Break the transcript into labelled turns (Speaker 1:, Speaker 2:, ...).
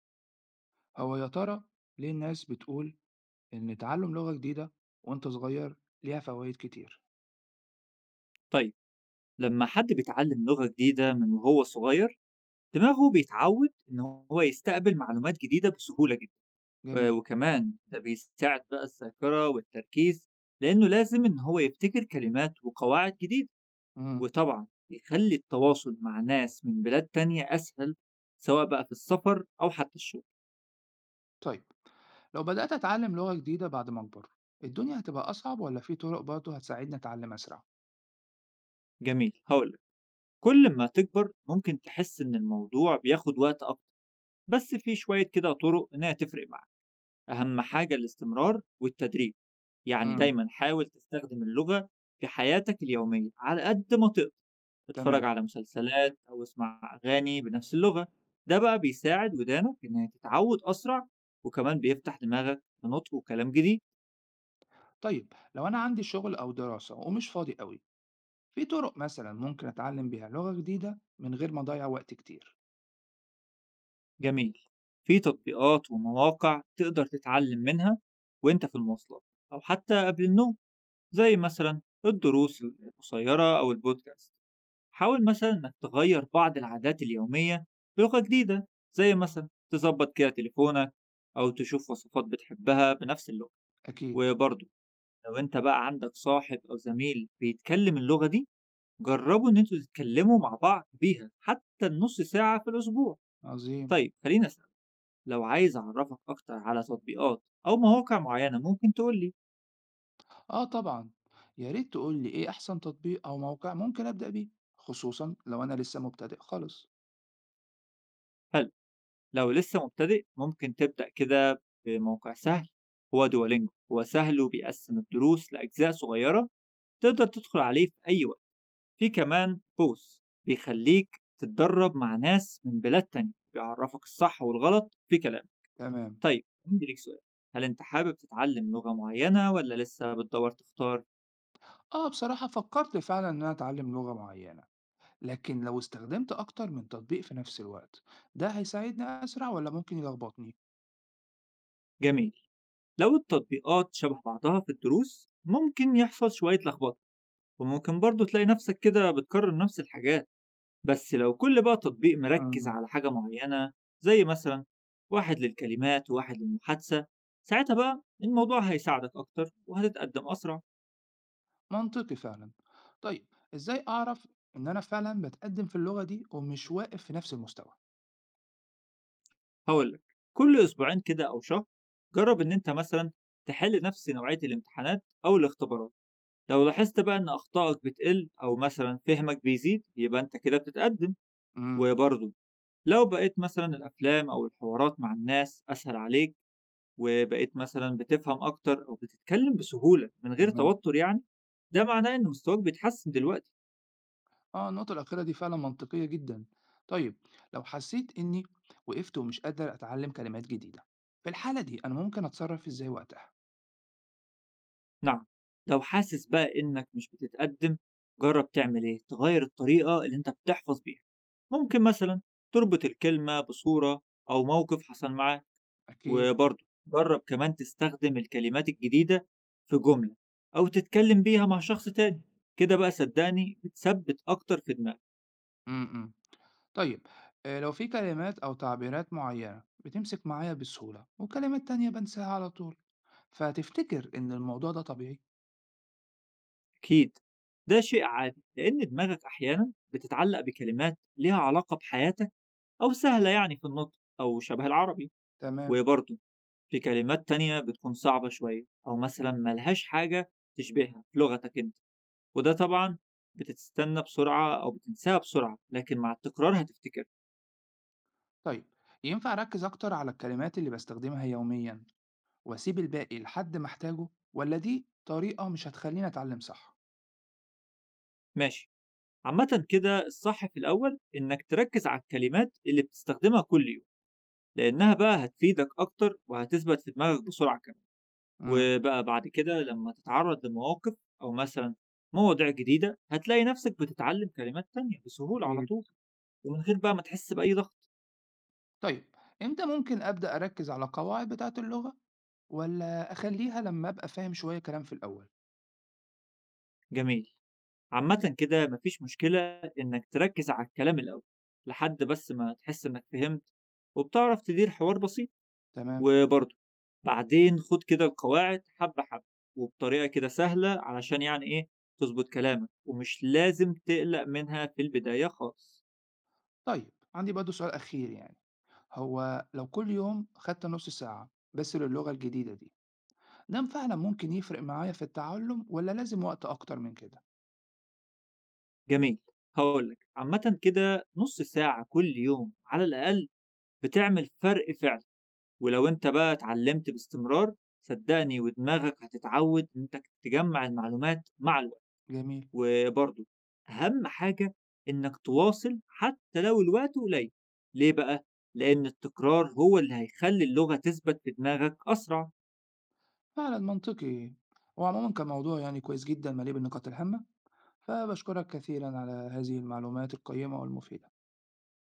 Speaker 1: هو يا ترى ليه الناس بتقول إن تعلم لغة جديدة وأنت صغير ليها فوائد كتير؟
Speaker 2: طيب، لما حد بيتعلم لغة جديدة من وهو صغير، دماغه بيتعود إن هو يستقبل معلومات جديدة بسهولة جدا. آه،
Speaker 1: جميل.
Speaker 2: وكمان ده بيساعد بقى الذاكرة والتركيز، لأنه لازم إن هو يبتكر كلمات وقواعد جديدة.
Speaker 1: امم
Speaker 2: وطبعا بيخلي التواصل مع ناس من بلاد تانية أسهل، سواء بقى في السفر أو حتى الشغل.
Speaker 1: طيب لو بدأت أتعلم لغة جديدة بعد ما أكبر، الدنيا هتبقى أصعب ولا في طرق برضه هتساعدني أتعلم أسرع؟
Speaker 2: جميل، هقولك: كل ما تكبر ممكن تحس إن الموضوع بياخد وقت أكتر، بس في شوية كده طرق إنها تفرق معاك. أهم حاجة الاستمرار والتدريب، يعني
Speaker 1: امم
Speaker 2: دايما حاول تستخدم اللغة في حياتك اليومية على قد ما تقدر. اتفرج
Speaker 1: تمام.
Speaker 2: على مسلسلات أو اسمع أغاني بنفس اللغة، ده بقى بيساعد ودانك إنها تتعود أسرع، وكمان بيفتح دماغك لنطق وكلام جديد.
Speaker 1: طيب لو أنا عندي شغل أو دراسة ومش فاضي قوي، في طرق مثلا ممكن أتعلم بيها لغة جديدة من غير ما أضيع وقت كتير؟
Speaker 2: جميل، في تطبيقات ومواقع تقدر تتعلم منها وانت في المواصلات أو حتى قبل النوم، زي مثلا الدروس القصيرة أو البودكاست. حاول مثلا إنك تغير بعض العادات اليومية بلغة جديدة، زي مثلا تظبط كده تليفونك أو تشوف وصفات بتحبها بنفس اللغة.
Speaker 1: أكيد.
Speaker 2: وبرضه، لو أنت بقى عندك صاحب أو زميل بيتكلم اللغة دي، جربوا إن أنتوا تتكلموا مع بعض بيها حتى النص ساعة في الأسبوع.
Speaker 1: عظيم.
Speaker 2: طيب، خليني أسألك: لو عايز أعرفك أكتر على تطبيقات أو مواقع معينة، ممكن تقولي.
Speaker 1: آه طبعا. يا ريت تقول لي إيه أحسن تطبيق أو موقع ممكن أبدأ بيه، خصوصا لو أنا لسه مبتدئ خالص.
Speaker 2: هل لو لسه مبتدئ ممكن تبدأ كده بموقع سهل؟ هو دولينجو، هو سهل وبيقسم الدروس لأجزاء صغيرة، تقدر تدخل عليه في أي وقت. في كمان بوس بيخليك تتدرب مع ناس من بلاد تانية، بيعرفك الصح والغلط في كلام.
Speaker 1: تمام.
Speaker 2: طيب، عندي ليك سؤال: هل أنت حابب تتعلم لغة معينة، ولا لسه بتدور تختار؟
Speaker 1: اه، بصراحة فكرت فعلا ان انا اتعلم لغة معينة، لكن لو استخدمت اكتر من تطبيق في نفس الوقت، ده هيساعدني اسرع ولا ممكن يلخبطني؟
Speaker 2: جميل، لو التطبيقات شبه بعضها في الدروس ممكن يحصل شوية لخبطة، وممكن برضه تلاقي نفسك كده بتكرر نفس الحاجات. بس لو كل بقى تطبيق مركز
Speaker 1: مم.
Speaker 2: على حاجة معينة، زي مثلا واحد للكلمات وواحد للمحادثة، ساعتها بقى الموضوع هيساعدك أكتر وهتتقدم أسرع.
Speaker 1: منطقي فعلا. طيب ازاي اعرف ان انا فعلا بتقدم في اللغة دي ومش واقف في نفس المستوى؟
Speaker 2: هقولك، كل أسبوعين كده أو شهر جرب إن أنت مثلا تحل نفس نوعية الامتحانات أو الاختبارات. لو لاحظت بقى إن أخطائك بتقل أو مثلا فهمك بيزيد، يبقى أنت كده بتتقدم.
Speaker 1: امم
Speaker 2: وبرضه لو بقيت مثلا الأفلام أو الحوارات مع الناس أسهل عليك، وبقيت مثلًا بتفهم أكتر أو بتتكلم بسهولة من غير
Speaker 1: تمام.
Speaker 2: توتر، يعني، ده معناه إن مستواك بيتحسن دلوقتي.
Speaker 1: اه، النقطة الأخيرة دي فعلا منطقية جدا. طيب لو حسيت إني وقفت ومش قادر أتعلم كلمات جديدة، في الحالة دي أنا ممكن أتصرف إزاي وقتها؟
Speaker 2: نعم، لو حاسس بقى إنك مش بتتقدم، جرب تعمل إيه، تغير الطريقة اللي أنت بتحفظ بيها. ممكن مثلًا تربط الكلمة بصورة أو موقف حصل معاك.
Speaker 1: أكيد.
Speaker 2: وبرضه جرب كمان تستخدم الكلمات الجديدة في جملة، أو تتكلم بيها مع شخص تاني، كده بقى صدقني بتثبت أكتر في دماغك.
Speaker 1: م -م. طيب آه، لو في كلمات أو تعبيرات معينة بتمسك معايا بسهولة وكلمات تانية بنساها على طول، فتفتكر إن الموضوع ده طبيعي؟
Speaker 2: أكيد، ده شيء عادي، لأن دماغك أحيانا بتتعلق بكلمات ليها علاقة بحياتك أو سهلة يعني في النطق أو شبه العربي.
Speaker 1: تمام.
Speaker 2: وبرضه في كلمات تانية بتكون صعبة شوية، أو مثلا ملهاش حاجة تشبهها في لغتك أنت، وده طبعا بتستنى بسرعة أو بتنساها بسرعة، لكن مع التكرار هتفتكر.
Speaker 1: طيب ينفع أركز أكتر على الكلمات اللي بستخدمها يوميا وأسيب الباقي لحد ما أحتاجه، ولا دي طريقة مش هتخليني أتعلم صح؟
Speaker 2: ماشي، عامة كده الصح في الأول إنك تركز على الكلمات اللي بتستخدمها كل يوم، لأنها بقى هتفيدك أكتر وهتثبت في دماغك بسرعة كمان.
Speaker 1: امم
Speaker 2: وبقى بعد كده لمّا تتعرّض لمواقف، أو مثلًا مواضيع جديدة، هتلاقي نَفْسك بتتعلّم كلمات تانية بسهولة على
Speaker 1: أكيد.
Speaker 2: طول، ومن غير بقى ما تحس بأي ضغط.
Speaker 1: طيب إمتى ممكن أبدأ أركز على القواعد بتاعة اللغة، ولا أخليها لما أبقى فاهم شوية كلام في الأول؟
Speaker 2: جميل. عامةً كده ما فيش مشكلة إنّك تركّز على الكلام الأول، لحد بس ما تحس إنّك فهمت وبتعرف تدير حوار بسيط.
Speaker 1: تمام.
Speaker 2: وبرضه بعدين خُد كده القواعد حبّة حبّة، وبطريقة كده سهلة، علشان يعني إيه، تضبط كلامك، ومش لازم تقلق منها في البداية خالص.
Speaker 1: طيب عندي برضه سؤال أخير، يعني هو لو كل يوم خدت نص ساعة بس للغة الجديدة دي، ده فعلا ممكن يفرق معايا في التعلم ولا لازم وقت أكتر من كده؟
Speaker 2: جميل، هقول لك، عامة كده نص ساعة كل يوم على الأقل بتعمل فرق فعلا. ولو أنت بقى اتعلمت باستمرار، صدقني ودماغك هتتعود إنك تجمع المعلومات مع الوقت.
Speaker 1: جميل.
Speaker 2: وبرضه أهم حاجة إنك تواصل حتى لو الوقت قليل. ليه بقى؟ لأن التكرار هو اللي هيخلي اللغة تثبت في دماغك أسرع.
Speaker 1: فعلا منطقي. وعموما كان موضوع يعني كويس جدا مليء بالنقاط الهامة، فبشكرك كثيرا على هذه المعلومات القيمة والمفيدة.